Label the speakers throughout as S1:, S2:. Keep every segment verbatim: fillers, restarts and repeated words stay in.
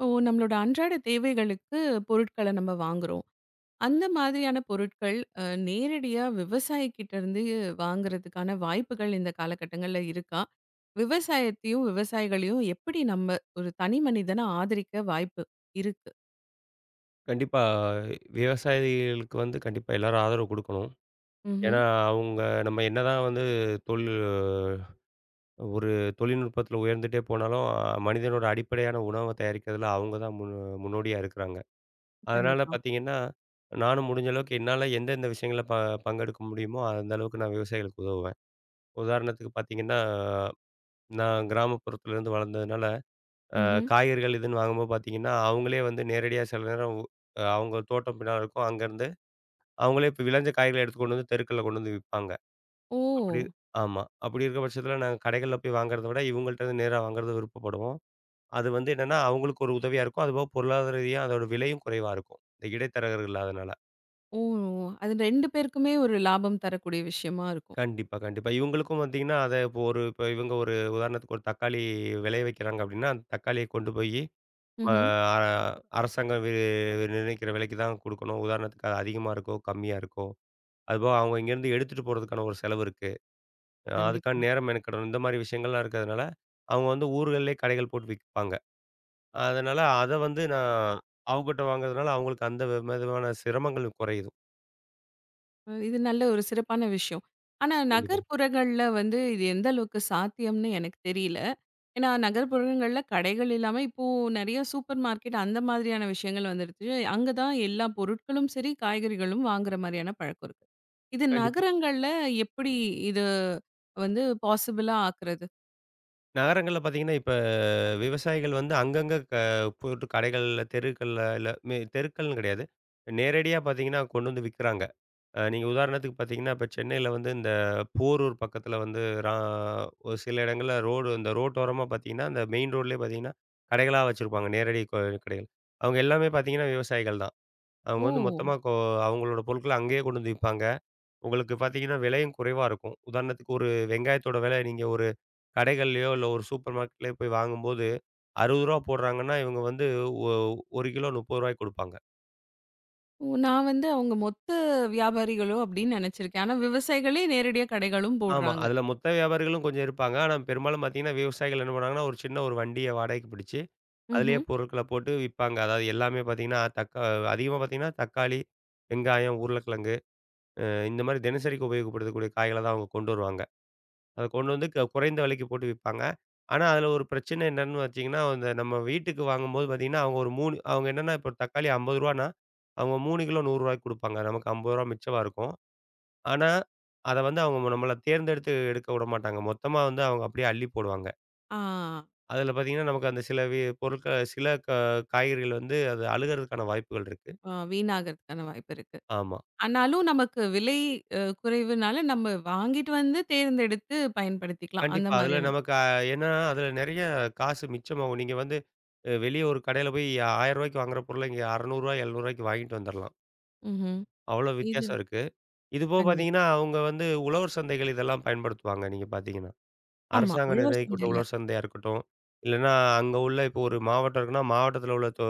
S1: இப்போ நம்மளோட அன்றாட தேவைகளுக்கு பொருட்கள நம்ம வாங்குறோம். அந்த மாதிரியான பொருட்கள் அ நேரடியா விவசாயிக்கிட்ட இருந்து வாங்குறதுக்கான வாய்ப்புகள் இந்த காலகட்டங்கள்ல இருக்கா? விவசாயத்தையும், விவசாயிகளையும் எப்படி நம்ம ஒரு தனி மனிதனா ஆதரிக்க வாய்ப்பு இருக்கு?
S2: கண்டிப்பா. விவசாயிகளுக்கு வந்து கண்டிப்பா எல்லாரும் ஆதரவு குடுக்கணும்.
S1: ம்ஹ்ம்.
S2: ஏன்னா, அவங்க நம்ம என்னதான் வந்து தொழில் ஒரு தொழில்நுட்பத்தில உயர்ந்துட்டே போனாலும், அஹ், மனிதனோட அடிப்படையான உணவ தயாரிக்கிறதுல அவங்க தான் முன் முன்னோடியா இருக்கிறாங்க. அதனால
S1: கண்டிப்பா.
S2: பார்த்தீங்கன்னா, நானும் முடிஞ்ச அளவுக்கு என்னால எந்தெந்த விஷயங்கள்ல ப பங்கெடுக்க முடியுமோ, அந்த அளவுக்கு நான் விவசாயிகளுக்கு உதவுவேன். உதாரணத்துக்கு பார்த்தீங்கன்னா, நான் கிராமப்புறத்துலேருந்து வளர்ந்ததுனால, அ
S1: ம்ஹ்ம்.
S2: காய்கறிகள் இதுன்னு வாங்கும்போது பார்த்தீங்கன்னா, அவங்களே வந்து நேரடியா சில நேரம் உ- அஹ், அவங்க தோட்டம் பின்னால இருக்கும். அங்கேருந்து அவங்களே இப்ப விளைஞ்ச காய்கள எடுத்து கொண்டு வந்து தெருக்கள்ல கொண்டு வந்து விப்பாங்க.
S1: ஓ!
S2: அப்படி ஆமா. அப்படி இருக்க பட்சத்தில நாங்க கடைகள்ல போய் வாங்குறத விட, இவங்கள்ட்ட இருந்து நேரா வாங்குறது விருப்பப்படுவோம். அது வந்து என்னன்னா, அவங்களுக்கு ஒரு உதவியா இருக்கும். அதுபோக பொருளாதார ரீதியா அதோட விலையும் குறைவா இருக்கும். இந்த இடைத்தரகர்கள் இல்லாதனால.
S1: ஓ! அது ரெண்டு பேருக்குமே ஒரு லாபம் தரக்கூடிய விஷயமா இருக்கும்.
S2: கண்டிப்பா, கண்டிப்பா. இவங்களுக்கும் பார்த்தீங்கன்னா, அத இப்போ ஒரு இப்போ இவங்க ஒரு உதாரணத்துக்கு ஒரு தக்காளி விளைய வைக்கிறாங்க அப்படின்னா, அந்த தக்காளிய கொண்டு போயி ம
S1: ம்ஹ்ம்.
S2: அ அரசாங்கம் வி நிர்ணயிக்கிற விலைக்கு தான் குடுக்கணும். உதாரணத்துக்கு அது அதிகமா இருக்கோ, கம்மியா இருக்கோ, அதுபோக அவங்க இங்கேருந்து எடுத்துட்டு போறதுக்கான ஒரு செலவு இருக்கு. அ அதுக்கான
S1: கண்டிப்பா.
S2: நேரம் மெனக்கெடணும். இந்த மாரி விஷயங்கள்லாம் இருக்கிறதுனால, அவங்க வந்து ஊர்கள்லயே கடைகள் போட்டு விப்பாங்க. அதனால அத வந்து நான் அவங்ககிட்ட வாங்குறதுனால அவங்களுக்கு அந்த வி விதமான சிரமங்கள் குறையுது.
S1: அ இது நல்ல ஒரு சிறப்பான விஷயம். ஆனா
S2: கண்டிப்பா.
S1: நகர்ப்புறங்கள்ல வந்து இது எந்த அளவுக்கு சாத்தியம்னு எனக்கு தெரியல. ஏன்னா, நகர்ப்புறங்கள்ல கடைகள் இல்லாம, இப்போ நெறைய சூப்பர் மார்க்கெட் அந்த மாதிரியான விஷயங்கள் வந்துருச்சு. அங்க தான் எல்லா பொருட்களும் சரி, காய்கறிகளும் வாங்குற மாரியான பழக்கம் இருக்கு. இது
S2: கண்டிப்பா.
S1: நகரங்கள்ல எப்படி இது வந்து பாசிபிளா ஆக்குறது?
S2: நகரங்கள்ல பார்த்தீங்கன்னா, இப்ப விவசாயிகள் வந்து அங்கங்க க போட்டு கடைகள்ல, தெருக்கள்ல இல்ல மே தெருக்கள்னு கிடையாது. நேரடியா பார்த்தீங்கன்னா கொண்டு வந்து விக்கிறாங்க. அ நீங்க உதாரணத்துக்கு பார்த்தீங்கன்னா, இப்ப சென்னையில வந்து இந்த போரூர் பக்கத்தில வந்து ரா ஒரு சில இடங்கள்ல ரோடு இந்த ரோட்டோரமா பார்த்தீங்கன்னா, அந்த மெயின் ரோட்லயே பார்த்தீங்கன்னா, கடைகளா வச்சிருப்பாங்க. நேரடி கொ கடைகள். அவங்க எல்லாமே பார்த்தீங்கன்னா, விவசாயிகள் தான். அவங்க
S1: ஓ!
S2: வந்து மொத்தமா கொ அவங்களோட பொருட்கள அங்கேயே கொண்டு வந்து விப்பாங்க. உங்களுக்கு பார்த்தீங்கன்னா, விலையும் குறைவா இருக்கும். உதாரணத்துக்கு ஒரு வெங்காயத்தோட விலை நீங்க ஒரு கடைகள்லயோ, இல்ல ஒரு சூப்பர் மார்க்கெட்லயோ போய் வாங்கும்போது ரூ. அறுபது போடுறாங்கன்னா, இவங்க வந்து ஒ ஒரு கிலோ ரூ. முப்பது கொடுப்பாங்க.
S1: ஓ, நான் வந்து அவங்க மொத்த வியாபாரிகளோ அப்படின்னு நெனச்சிருக்கேன். ஆனா விவசாயிகளே நேரடியா கடைகளும்
S2: ஆமா.
S1: போடுறாங்க.
S2: அதுல மொத்த வியாபாரிகளும் கொஞ்சம் இருப்பாங்க. ஆனா பெரும்பாலும் பார்த்தீங்கன்னா, விவசாயிகள் என்ன பண்ணுவாங்கன்னா, ஒரு சின்ன ஒரு வண்டிய வாடகைக்கு பிடிச்சு, அதிலேயே
S1: ம்ஹ்ம்.
S2: பொருட்கள போட்டு விப்பாங்க. அதாவது எல்லாமே பார்த்தீங்கன்னா, தக்கா அதிகமா பார்த்தீங்கன்னா, தக்காளி, வெங்காயம், உருளைக்கிழங்கு அ இந்த மாரி தினசரிக்கு உபயோகப்படுத்தக்கூடிய காய்கள தான் அவங்க கொண்டு வருவாங்க. அத கொண்டு வந்து க குறைந்த விலைக்கு போட்டு விப்பாங்க. ஆனா அதில ஒரு பிரச்சனை என்னன்னு வச்சீங்கன்னா, அந்த நம்ம வீட்டுக்கு வாங்கும்போது பார்த்தீங்கன்னா, அவங்க ஒரு 3 அவங்க என்னன்னா, இப்போ தக்காளி ரூ. 50னா, அவங்க மூன்று கிலோ ரூ. 100க்கு குடுப்பாங்க. நமக்கு ரூ. ஐம்பது மிச்சமா இருக்கும். ஆனா, அத வந்து அவங்க நம்மள தேர்ந்தெடுத்து எடுக்க விடமாட்டாங்க. மொத்தமா வந்து அவங்க அப்படியே அள்ளி போடுவாங்க.
S1: ஆ,
S2: அதுல பார்த்தீங்கன்னா, நமக்கு அந்த சில வி பொருட்கள் சில க காய்கறிகள் வந்து அது அழுகுறதுக்கான வாய்ப்புகள் இருக்கு.
S1: ஆ வீணாகறதுக்கான வாய்ப்பு இருக்கு.
S2: ஆமா.
S1: ஆனாலும் நமக்கு விலை அ குறைவுனால நம்ம வாங்கிட்டு வந்து தேர்ந்தெடுத்து பயன்படுத்திக்கலாம். அந்த
S2: கண்டிப்பா. அதுல
S1: மாரியான
S2: நமக்கு அ ஏன்னா, அதுல நெறைய காசு மிச்சமாகும். நீங்க வந்து அ வெளிய ஒரு கடையில போய் ரூ. ஆயிரம் வாங்குற பொருள இங்க ரூ. அறுநூறு ரூ. எழுநூறு வாங்கிட்டு வந்துரலாம்.
S1: ம்ஹ்ம்.
S2: அவ்வளோ
S1: இது
S2: வித்தியாசம் இருக்கு. இதுபோக
S1: கண்டிப்
S2: பார்த்தீங்கன்னா, அவங்க வந்து உழவர் சந்தைகள் இதெல்லாம் பயன்படுத்துவாங்க, நீங்க பார்த்தீங்கன்னா.
S1: ஆமா.
S2: அரசாங்கம்
S1: உழவர்
S2: நிர்ணயிக்கப்பட்ட
S1: சந்தையில.
S2: உழவர் சந்தையா இருக்கட்டும். இல்லன்னா, அங்க உள்ள இப்போ ஒரு மாவட்டம் இருக்குன்னா, மாவட்டத்தில உள்ள தொ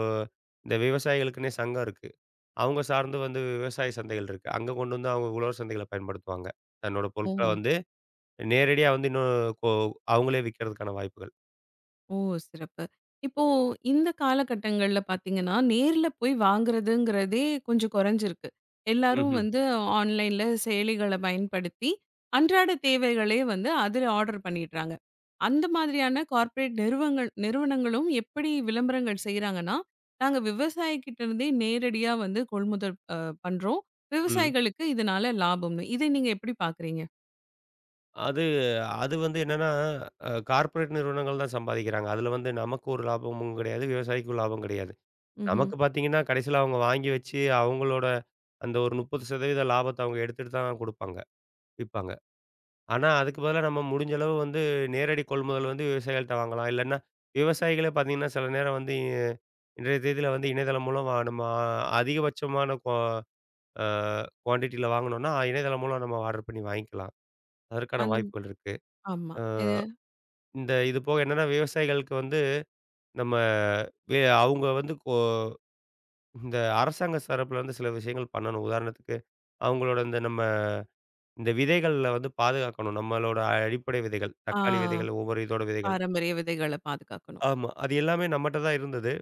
S2: இந்த விவசாயிகளுக்குன்னே சங்கம் இருக்கு. அவங்க சார்ந்து வந்து விவசாய சந்தைகள் இருக்கு. அங்க கொண்டு வந்து அவங்க உழவர் சந்தைகள பயன்படுத்துவாங்க. தன்னோட பொருட்கள
S1: ஓ!
S2: வந்து நேரடியா வந்து இன்னும் கொ அவங்களே விக்கிறதுக்கான வாய்ப்புகள்.
S1: ஓ! சிறப்பு. இப்போ இந்த காலகட்டங்கள்ல பார்த்தீங்கன்னா, நேர்ல போய் வாங்குறதுங்கிறதே கொஞ்சம் குறைஞ்சிருக்கு. எல்லாரும்
S2: ம்ஹ்ம்.
S1: வந்து ஆன்லைன்ல செயலிகள பயன்படுத்தி, அன்றாட தேவைகளே வந்து அதுல ஆர்டர் பண்ணிடுறாங்க. அந்த மாதிரியான கார்ப்பரேட் நிறுவங்கள் நிறுவனங்களும் எப்படி விளம்பரங்கள் செய்றாங்கன்னா, நாங்க விவசாயிகிட்ட இருந்தே நேரடியா வந்து கொள்முதல் அ பண்றோம்.
S2: ம்.
S1: விவசாயிகளுக்கு இதனால லாபம்னு. இதை நீங்க எப்படி பார்க்குறீங்க?
S2: அது அது வந்து என்னன்னா, அ கார்ப்பரேட் நிறுவனங்கள் தான் சம்பாதிக்கிறாங்க. அதில வந்து நமக்கு ஒரு லாபமும் கிடையாது. விவசாயிக்கும் லாபம் கிடையாது.
S1: ம்ஹ்ம்.
S2: நமக்கு பார்த்தீங்கன்னா, கடைசியில அவங்க வாங்கி வச்சு, அவங்களோட அந்த ஒரு முப்பது சதவீதம் லாபத்த அவங்க எடுத்துட்டு தான் குடுப்பாங்க. விப்பாங்க. ஆனா, அதுக்கு பதிலா நம்ம முடிஞ்ச அளவு வந்து நேரடி கொள்முதல் வந்து விவசாயிகள்ட்ட வாங்கலாம். இல்லன்னா, விவசாயிகளே பார்த்தீங்கன்னா, சில நேரம் வந்து இ- இன்றைய தேதியில வந்து இணையதளம் மூலம் வ நம்ம ஆ- அதிகபட்சமான குவா அ குவான்டிட்டில வாங்கணும்னா, இணையதளம் மூலம் நம்ம ஆர்டர் பண்ணி வாங்கிக்கலாம். அதற்கான
S1: அந்த
S2: வாய்ப்புகள் இருக்கு.
S1: ஆமா.
S2: அ
S1: எ
S2: இந்த இது போக என்னன்னா, விவசாயிகளுக்கு வந்து நம்ம வே அவங்க வந்து கொ இந்த அரசாங்க தரப்புல வந்து சில விஷயங்கள் பண்ணணும். உதாரணத்துக்கு, அவங்களோட இந்த நம்ம இந்த விதைகள்ல வந்து பாதுகாக்கணும். நம்மளோட அடிப்படை விதைகள், தக்காளி
S1: ஆ
S2: விதைகள், ஒவ்வொரு இதோட விதைகள்.
S1: பாரம்பரிய விதைகள பாதுகாக்கணும்.
S2: ஆமா. அது எல்லாமே நம்மட்ட தான் இருந்தது.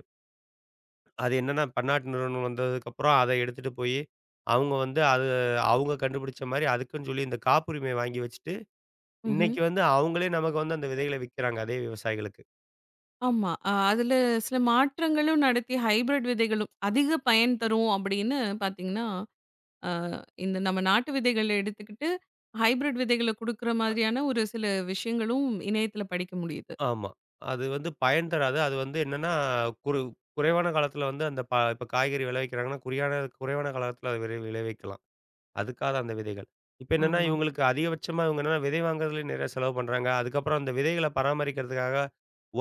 S2: அது என்னன்னா பன்னாட்டு நிறுவனம் வந்ததுக்கப்புறம் அத எடுத்துட்டு போயி, அவங்க வந்து அது அவங்க கண்டுபிடிச்ச மாரி அதுக்குன்னு சொல்லி இந்த காப்புரிமைய வாங்கி வச்சுட்டு,
S1: ம்ஹ்ம்.
S2: இன்னைக்கு வந்து அவங்களே நமக்கு வந்து அந்த விதைகள விக்கிறாங்க, அதே விவசாயிகளுக்கு.
S1: ஆமா. அ அதுல சில மாற்றங்களும் நடத்தி ஹைபிரிட் விதைகளும் அதிக பயன் தரும் அப்படின்னு பார்த்தீங்கன்னா, அ இந்த நம்ம நாட்டு விதைகள எடுத்துக்கிட்டு, ஹைபிரிட் விதைகள குடுக்குற மாதிரியான ஒரு சில விஷயங்களும் இணையத்துல படிக்க முடியுது.
S2: ஆமா. அது வந்து பயன் தராது. அது வந்து என்னன்னா, குறு குறைவான காலத்தில வந்து அந்த ப இப்ப காய்கறி விளைவிக்கிறாங்கன்னா, குறியான குறைவான காலத்தில அத விரை விளைவிக்கலாம். அதுக்காக தான் அந்த விதைகள். இப்ப என்னன்னா,
S1: ஆமா.
S2: இவங்களுக்கு அதிகபட்சமா இவங்க என்னன்னா விதை வாங்குறதுலயே நிறைய செலவு பண்றாங்க. அதுக்கப்புறம் அந்த விதைகள பராமரிக்கிறதுக்காக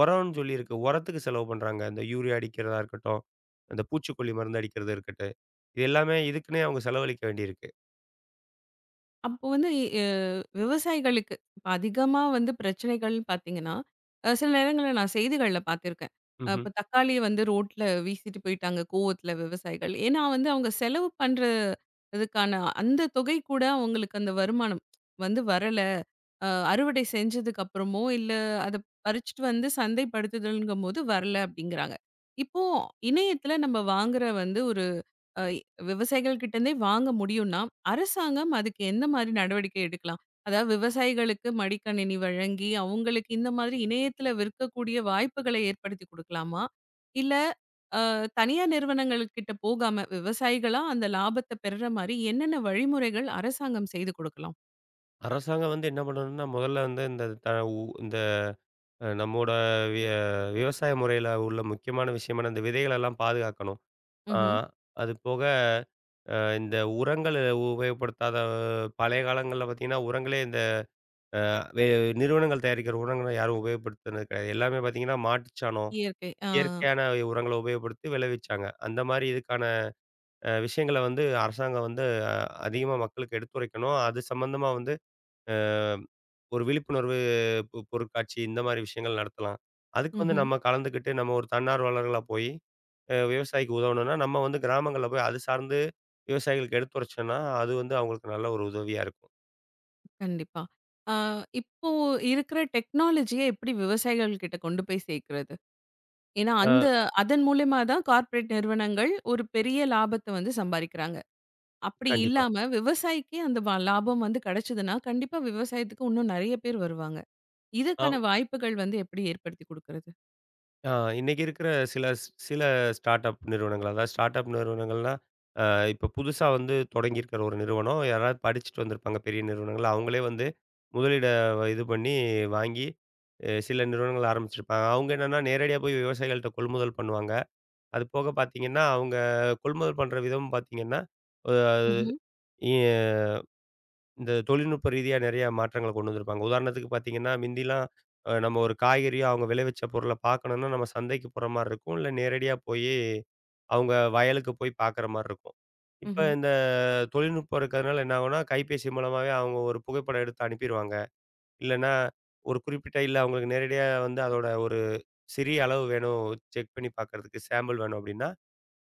S2: உரம்னு சொல்லி இருக்கு. உரத்துக்கு செலவு பண்றாங்க. இந்த யூரியா அடிக்கிறதா இருக்கட்டும், அந்த பூச்சிக்கொல்லி மருந்து அடிக்கிறது இருக்கட்டு. இது எல்லாமே இதுக்குன்னே அவங்க செலவழிக்க வேண்டியிருக்கு.
S1: அப்போ வந்து விவசாயிகளுக்கு இப்ப அதிகமா வந்து பிரச்சனைகள்னு பார்த்தீங்கன்னா, அ சில நேரங்கள்ல நான் செய்திகள்ல பார்த்துருக்கேன். அ
S2: ம்ஹ்ம்.
S1: இப்ப தக்காளிய வந்து ரோட்ல வீசிட்டு போயிட்டாங்க கோவத்துல விவசாயிகள். ஏன்னா வந்து அவங்க செலவு பண்றதுக்கான அந்த தொகை கூட அவங்களுக்கு அந்த வருமானம் வந்து வரல. அ அறுவடை செஞ்சதுக்கு அப்புறமோ, இல்ல அத பறிச்சுட்டு வந்து சந்தைப்படுத்துதல்ங்கும்போது வரல அப்படிங்கிறாங்க. இப்போ இணையத்துல நம்ம வாங்குற வந்து ஒரு அ விவசாயிகள் கிட்டேருந்தே வாங்க முடியும்னா, அரசாங்கம் அதுக்கு எந்த மாரி நடவடிக்கை எடுக்கலாம்? அதாவது விவசாயிகளுக்கு மடிக்கணினி வழங்கி, அவங்களுக்கு இந்த மாதிரி இணையத்தில விற்கக்கூடிய வாய்ப்புகளை ஏற்படுத்தி குடுக்கலாமா? இல்ல அ தனியார் நிறுவனங்கள் கிட்ட போகாம, விவசாயிகளா அந்த லாபத்த பெர்ற மாரி என்னென்ன வழிமுறைகள் அரசாங்கம் செய்து குடுக்கலாம்?
S2: அரசாங்கம் வந்து என்ன பண்ணணும்னா, முதல்ல வந்து இந்த த உ இந்த அ நம்மோட விய விவசாய முறையில உள்ள முக்கியமான விஷயமான இந்த விதைகளெல்லாம் பாதுகாக்கணும். ஆ
S1: ம்ஹ்ம்.
S2: அது போக அ இந்த உரங்கள் உபயோகப்படுத்தாத அஹ், பழைய காலங்கள்ல பார்த்தீங்கன்னா, உரங்களே அ வே நிறுவனங்கள் தயாரிக்கிற உரங்கள யாரும் உபயோகப்படுத்தினது கிடையாது. எல்லாமே பார்த்தீங்கன்னா, மாட்டுச்சாணம்,
S1: இயற்கை ஆ.
S2: இயற்கையான உரங்கள உபயோகப்படுத்தி விளைவிச்சாங்க. அந்த மாரி இதுக்கான அ விஷயங்கள வந்து அரசாங்கம் வந்து அ அதிகமா மக்களுக்கு எடுத்துரைக்கணும். அது சம்மந்தமா வந்து அ ஒரு விழிப்புணர்வு பொ பொருட்காட்சி இந்த மாரி விஷயங்கள் நடத்தலாம். அதுக்கு வந்து
S1: ம்ஹ்ம்.
S2: நம்ம கலந்துக்கிட்டு நம்ம ஒரு தன்னார்வலர்களா போய் அ விவசாயிக்கு உதவணும்னா, நம்ம வந்து கிராமங்கள்ல போய் அது சார்ந்து விவசாயிகளுக்கு எடுத்துரைச்சோம்னா, அது வந்து அவங்களுக்கு நல்ல ஒரு உதவியா இருக்கும்.
S1: கண்டிப்பா. ஆ இப்போ இருக்கிற டெக்னாலஜிய எப்படி விவசாயிகள் கிட்ட கொண்டு போய் சேர்க்கிறது? ஏன்னா, அந்த
S2: அ
S1: அதன் மூலியமா தான் கார்ப்பரேட் நிறுவனங்கள் ஒரு பெரிய லாபத்த வந்து சம்பாரிக்கிறாங்க. அப்படி
S2: கண்டிப்பா.
S1: இல்லாம விவசாயிக்கு அந்த வ லாபம் வந்து கிடைச்சதுன்னா, கண்டிப்பா விவசாயத்துக்கு இன்னும் நெறைய பேர் வருவாங்க. இதற்கான வாய்ப்புகள் வந்து எப்படி ஏற்படுத்தி குடுக்குறது?
S2: ஆ இன்னைக்கு இருக்கிற சில ஸ் சில ஸ்டார்ட் அப் நிறுவனங்கள், அதாவது ஸ்டார்ட் அப் நிறுவனங்கள்னா, அ இப்ப புதுசா வந்து தொடங்கியிருக்கிற ஒரு நிறுவனம், யாராவது படிச்சுட்டு வந்திருப்பாங்க பெரிய நிறுவனங்கள். அவங்களே வந்து முதலீட வ- இது பண்ணி வாங்கி, அ சில நிறுவனங்கள் ஆரம்பிச்சிருப்பாங்க. அவங்க என்னன்னா நேரடியா போய் விவசாயிகள்ட்ட கொள்முதல் பண்ணுவாங்க. அது போக பார்த்தீங்கன்னா, அவங்க கொள்முதல் பண்ற விதம் பார்த்தீங்கன்னா, அ
S1: ம்ஹ்ம்,
S2: இ இந்த தொழில்நுட்ப ரீதியா நெறைய மாற்றங்கள கொண்டு வந்திருப்பாங்க. உதாரணத்துக்கு பார்த்தீங்கன்னா, மிந்திலாம் அ நம்ம ஒரு காய்கறியோ, அவங்க விளைவிச்ச பொருள பார்க்கணும்னா, நம்ம சந்தைக்கு போற மாரி இருக்கும். இல்ல நேரடியா போயி அவங்க வயலுக்கு போய் பார்க்குற மாரி இருக்கும். இப்ப
S1: ம்ஹ்ம்.
S2: இந்த தொழில்நுட்பம் இருக்கிறதுனால என்ன ஆகும்னா, கைபேசி மூலமாவே அவங்க ஒரு புகைப்படம் எடுத்து அனுப்பிருவாங்க. இல்லன்னா, ஒரு குறிப்பிட்ட இல்ல அவங்களுக்கு நேரடியா வந்து அதோட ஒரு சிறிய அளவு வேணும், செக் பண்ணி பார்க்கறதுக்கு சாம்பிள் வேணும் அப்டின்னா,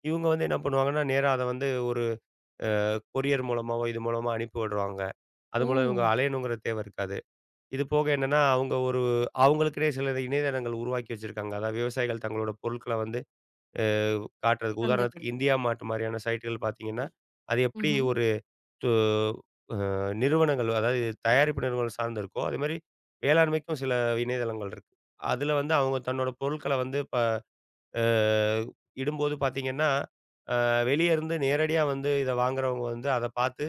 S2: இவங்க வந்து என்ன பண்ணுவாங்கன்னா, நேரா அத வந்து ஒரு கொரியர் மூலமாவோ, இது மூலமா அனுப்பி விடுவாங்க. அது
S1: ஓ!
S2: மூலம் இவங்க அலையணுங்கிற தேவை இருக்காது. இது போக என்னன்னா, அவங்க ஒரு அவங்களுக்குன்னே சில இணையதளங்கள் உருவாக்கி வச்சிருக்காங்க. அதாவது விவசாயிகள் தங்களோட பொருட்கள வந்து அ காட்டுறதுக்கு உதாரணத்துக்கு
S1: சந்தைப்படுத்து.
S2: இந்தியா மார்ட் மாரியான சைட்டுகள் பார்த்தீங்கன்னா, அது எப்படி
S1: ம்ஹ்ம்.
S2: ஒரு து அ நிறுவனங்கள் அதாவது தயாரிப்பு நிறுவனம் சார்ந்து இருக்கோ, அதேமாரி வேளாண்மைக்கும் சில இணையதளங்கள் இருக்கு. அதுல வந்து அவங்க தன்னோட பொருட்கள வந்து ப அ இடும்போது பார்த்தீங்கன்னா, அ வெளிய இருந்து நேரடியா வந்து இத வாங்குறவங்க வந்து அத பார்த்து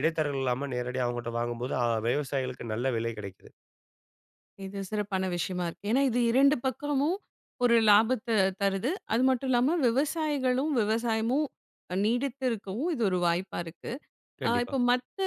S2: இடைத்தரகர்கள் இல்லாம நேரடியா அவங்கட்ட வாங்கும்போது, அ விவசாயிகளுக்கு நல்ல விலை கிடைக்குது.
S1: இது சிறப்பான விஷயமா இருக்கு. ஏன்னா, இது இரண்டு பக்கமும் ஒரு லாபத்த தருது. அது மட்டும் இல்லாம விவசாயிகளும், விவசாயமும் நீடித்து இருக்கவும் இது ஒரு வாய்ப்பா இருக்கு. ஆ
S2: கண்டிப்பா.
S1: இப்போ மத்த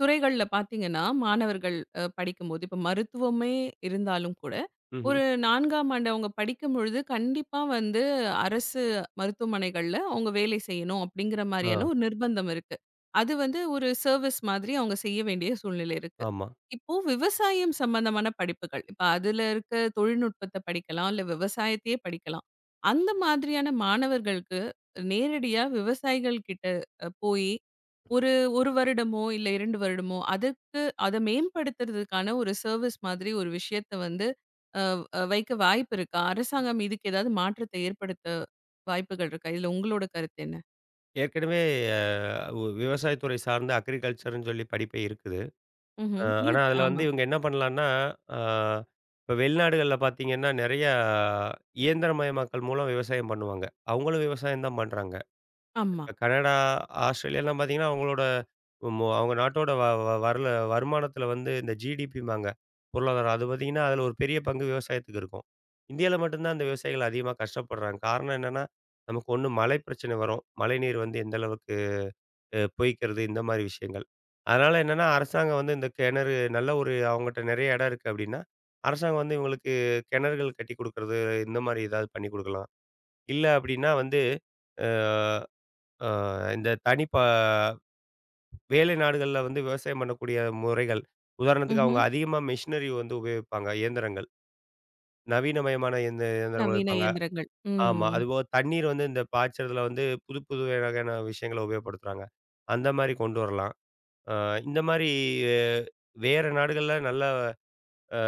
S1: துறைகள்ல பார்த்தீங்கன்னா, மாணவர்கள் அ படிக்கும்போது, இப்போ மருத்துவமே இருந்தாலும் கூட,
S2: ம்ஹ்ம்.
S1: ஒரு நான்காம் ஆண்டு அவங்க படிக்கும்பொழுது, கண்டிப்பா வந்து அரசு மருத்துவமனைகள்ல அவங்க வேலை செய்யணும் அப்படிங்கிற
S2: ஆ,
S1: மாரியான ஒரு நிர்பந்தம் இருக்கு. அது வந்து ஒரு சர்வீஸ் மாதிரி அவங்க செய்ய வேண்டிய சூழ்நிலை இருக்கு.
S2: ஆமா.
S1: இப்போ விவசாயம் சம்பந்தமான படிப்புகள், இப்போ அதுல இருக்க தொழில்நுட்பத்த படிக்கலாம், இல்ல விவசாயத்தையே படிக்கலாம். அந்த மாதிரியான மாணவர்களுக்கு நேரடியா விவசாயிகள் கிட்ட அ போயி ஒரு 1 வருடமோ, இல்ல இரண்டு வருடமோ, அதுக்கு அத மேம்படுத்துறதுக்கான ஒரு சர்வீஸ் மாதிரி ஒரு விஷயத்த வந்து அ அ வைக்க வாய்ப்பு இருக்கா? அரசாங்கம் இதுக்கு ஏதாவது மாற்றத்தை ஏற்படுத்த வாய்ப்புகள் இருக்கா? இதுல உங்களோட கருத்து என்ன?
S2: ஏற்கனவே அ உ விவசாயத்துறை சார்ந்த அக்ரிகல்ச்சர்ன்னு சொல்லி படிப்பே இருக்குது. அ
S1: ம்ஹ்ம்.
S2: ஆனா
S1: இருக்கு.
S2: அதுல
S1: ஆமா,
S2: வந்து இவங்க என்ன பண்ணலான்னா, அ இப்ப வெளிநாடுகள்ல பார்த்தீங்கன்னா, நெறையா இயந்திரமயமாக்கல் மூலம் விவசாயம் பண்ணுவாங்க. அவங்களும் விவசாயம் தான் பண்றாங்க.
S1: ஆமா.
S2: கனடா, ஆஸ்ட்ரேலியாலாம் பார்த்தீங்கன்னா, அவங்களோட மு அவங்க நாட்டோட வ வ வரல வருமானத்தில வந்து இந்த ஜிடிபிம்பாங்க. பொருளாதாரம். அது பார்த்தீங்கன்னா, அதில ஒரு பெரிய பங்கு விவசாயத்துக்கு இருக்கும். இந்தியால மட்டும் தான் அந்த விவசாயிகள் அதிகமா கஷ்டப்படுறாங்க. காரணம் என்னன்னா, நமக்கு ஒண்ணு மழை பிரச்சனை வரும். மழைநீர் வந்து எந்த அளவுக்கு அஹ், பொய்க்கிறது இந்த மாரி விஷயங்கள். அதனால என்னன்னா, அரசாங்கம் வந்து இந்த கிணறு நல்ல ஒரு அவங்கட்ட நெறைய இடம் இருக்கு அப்படின்னா, அரசாங்கம் வந்து இவங்களுக்கு கிணறுகள் கட்டிக் குடுக்கறது, இந்த மாரி ஏதாவது பண்ணிக் குடுக்கலாம். இல்ல அப்படின்னா வந்து, அ அ இந்த தனி ப வேலை நாடுகள்ல வந்து விவசாயம் பண்ணக்கூடிய முறைகள். உதாரணத்துக்கு அவங்க
S1: ம்ஹ்ம்.
S2: அதிகமா மெஷினரி வந்து உபயோகிப்பாங்க. இயந்திரங்கள். நவீனமயமான இயந்த இயந்திரங்கள்
S1: நவீன
S2: வைப்பாங்க.
S1: இயந்திரங்கள்.
S2: ஆமா.
S1: ம்.
S2: அதுபோக தண்ணீர் வந்து இந்த பாய்ச்சறதுல வந்து புது புது வகையான விஷயங்கள உபயோகப்படுத்துறாங்க. அந்த மாரி கொண்டு வரலாம். அ இந்த மாரி வேற நாடுகள்ல நல்ல அ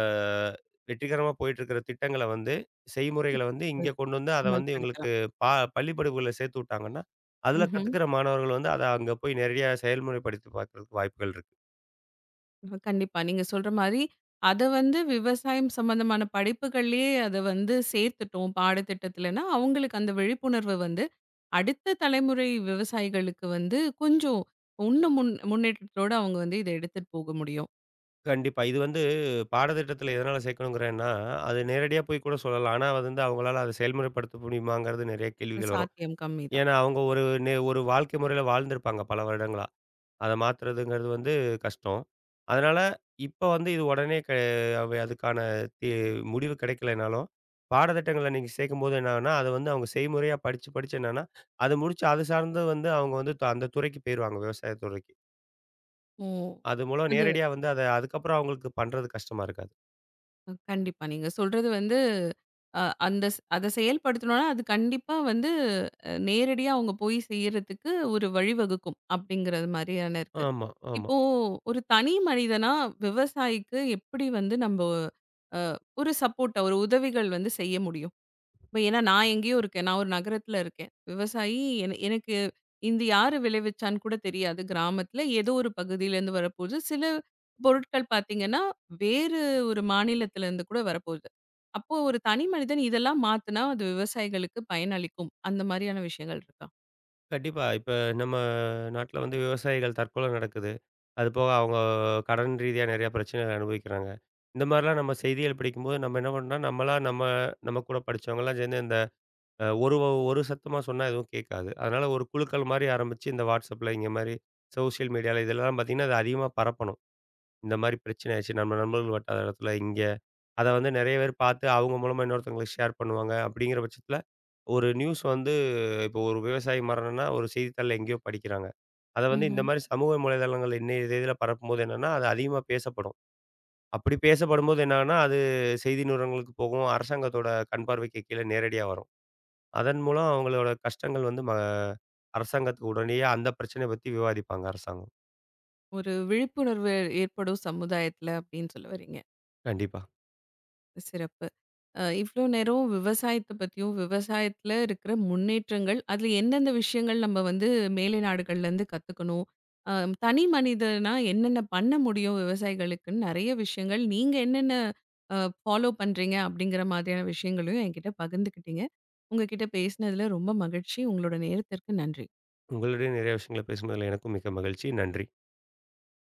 S2: வெற்றிகரமா போயிட்டுருக்கிற திட்டங்கள வந்து, செய்முறைகள வந்து இங்க கொண்டு வந்து அத வந்து இவங்களுக்கு
S1: அமல்படுத்தலாம்.
S2: பா பள்ளி படிப்புகள்ல சேர்த்து விட்டாங்கன்னா, அதுல
S1: ம்ஹ்ம்.
S2: கத்துக்கிற மாணவர்கள் வந்து அத அங்க போய் நேரடியா செயல்முறைப்படுத்தி பார்க்கறதுக்கு வாய்ப்புகள் இருக்கு.
S1: அ கண்டிப்பா. நீங்க சொல்ற மாரி, அத வந்து விவசாயம் சம்மந்தமான படிப்புகள்லயே அத வந்து சேர்த்துட்டோம் பாடத்திட்டத்துலன்னா, அவங்களுக்கு அந்த விழிப்புணர்வு வந்து, அடுத்த தலைமுறை விவசாயிகளுக்கு வந்து கொஞ்சம் இன்னும் முன் முன்னேற்றத்தோட அவங்க வந்து இத எடுத்துட்டு போக முடியும்.
S2: கண்டிப்பா. இது வந்து பாடத்திட்டத்துல எதனால சேர்க்கணுங்கிறேன்னா, அது நேரடியா போய் கூட சொல்லலாம். ஆனா அது வந்து அவங்களால அத செயல்முறைப்படுத்த முடியுமாங்கிறது நெறைய
S1: அது
S2: கேள்விகள் வரும்.
S1: சாத்தியம் கம்மி தான்.
S2: ஏன்னா அவங்க ஒரு நே ஒரு வாழ்க்கை முறையில வாழ்ந்திருப்பாங்க பல வருடங்களா. அத மாத்துறதுங்கிறது வந்து கஷ்டம். அதனால இப்ப வந்து இது உடனே கெ அவை அதுக்கான தீ முடிவு கிடைக்கலைனாலும், பாடத்திட்டங்கள நீங்க சேர்க்கும்போது என்ன ஆகும்னா, அத வந்து அவங்க செய்முறையா படிச்சு, படிச்சு என்னன்னா, அது முடிச்சு அது சார்ந்து வந்து அவங்க வந்து த அந்த துறைக்கு போயிருவாங்க விவசாய துறைக்கு.
S1: ஓ!
S2: அது மூலம் நேரடியா வந்து அத அதுக்கப்புறம் அவங்களுக்கு பண்றது கஷ்டமா இருக்காது.
S1: அ கண்டிப்பா. நீங்க சொல்றது வந்து அ அந்த ஸ் அத செயல்படுத்தணும்னா, அது கண்டிப்பா வந்து அ நேரடியா அவங்க போய் செய்யறதுக்கு ஒரு வழிவகுக்கும் அப்படிங்கிறது மாரியான இருக்கு.
S2: ஆமா, ஆமா.
S1: இப்போ ஒரு தனி மனிதனா விவசாயிக்கு எப்படி வந்து நம்ப அ ஒரு சப்போர்ட்டா, ஒரு உதவிகள் வந்து செய்ய முடியும்? இப்ப ஏன்னா நான் எங்கேயோ இருக்கேன். நான் ஒரு நகரத்துல இருக்கேன். விவசாயி என எனக்கு "இது யாரு விளைவிச்சான்னு கூட தெரியாது." கிராமத்துல ஏதோ ஒரு பகுதியிலேருந்து வரப்போகுது. சில பொருட்கள் பார்த்தீங்கன்னா, வேறு ஒரு மாநிலத்திலேருந்து கூட வரப்போகுது. அப்போ ஒரு தனி மனிதன் இதெல்லாம் மாத்துனா, அது விவசாயிகளுக்கு பயனளிக்கும். அந்த மாதிரியான விஷயங்கள் இருக்கா?
S2: கண்டிப்பா. இப்ப நம்ம நாட்ல வந்து விவசாயிகள் தற்கொலை நடக்குது. அது போக அவங்க கடன் ரீதியா நெறைய பிரச்சனைகள அனுபவிக்கிறாங்க. இந்த மாரிலாம் நம்ம செய்திகள் படிக்கும்போது நம்ம என்ன பண்ணோம்னா, நம்மளா நம்ம நம்ம கூட படிச்சவங்கலாம் சேர்ந்து இந்த அ ஒரு வ- ஒரு சத்தமா சொன்னா எதுவும் கேட்காது. அதனால ஒரு குழுக்கள் மாரி ஆரம்பிச்சு இந்த WhatsAppல இங்க மாரி சோசியல் மீடியால இதெல்லாம் பார்த்தீங்கன்னா, அது அதிகமா பரப்பணும். இந்த மாரி பிரச்சனை ஆயிடுச்சு. நம்ம நண்பர்கள் வட்டாரத்துல இங்க. அத வந்து நெறைய பேர் பார்த்து அவங்க மூலமா இன்னொருத்தவங்களுக்கு ஷேர் பண்ணுவாங்க. அப்படிங்கிற பட்சத்துல ஒரு நியூஸ் வந்து இப்போ ஒரு விவசாயி மரணம்னா ஒரு செய்தித்தாள்ல எங்கேயோ படிக்கிறாங்க. அத வந்து இந்த
S1: ம்ஹ்ம்.
S2: மாரி சமூக வலைதளங்கள் இன்னைய தேதியில பரப்பும்போது என்னன்னா, அது அதிகமா பேசப்படும். அப்படி பேசப்படும்போது என்னாகும்னா, அது செய்தி நிறுவனங்களுக்கு போகும். அரசாங்கத்தோட கண் பார்வைக்கு கீழ நேரடியா வரும். அதன் மூலம் அவங்களோட கஷ்டங்கள் வந்து ம அரசாங்கத்துக்கு உடனேயே அந்த பிரச்சனைய பத்தி விவாதிப்பாங்க அரசாங்கம்.
S1: ஒரு விழிப்புணர்வு ஏற்படும் சமுதாயத்துல அப்படின்னு சொல்ல வரீங்க.
S2: கண்டிப்பா.
S1: சிறப்பு. அ இவ்ளோ நேரம் விவசாயத்த பத்தியும், விவசாயத்துல இருக்கிற முன்னேற்றங்கள், அதுல எந்தெந்த விஷயங்கள் நம்ம வந்து மேலை நாடுகள்லேருந்து கத்துக்கணும்? அ தனி மனிதனா என்னென்ன பண்ண முடியும் விவசாயிகளுக்குன்னு நெறைய விஷயங்கள் நீங்க என்னென்ன அ ஃபாலோ பண்றீங்க? அப்படிங்கிற மாதிரியான விஷயங்களையும் என்கிட்ட பகிர்ந்துக்கிட்டீங்க. உங்க கிட்ட பேசினதுல ரொம்ப மகிழ்ச்சி. உங்களோட நேரத்திற்கு நன்றி.
S2: உங்களுடைய நிறைய விஷயங்கள பேசுனதுல எனக்கும் மிக்க மகிழ்ச்சி. நன்றி.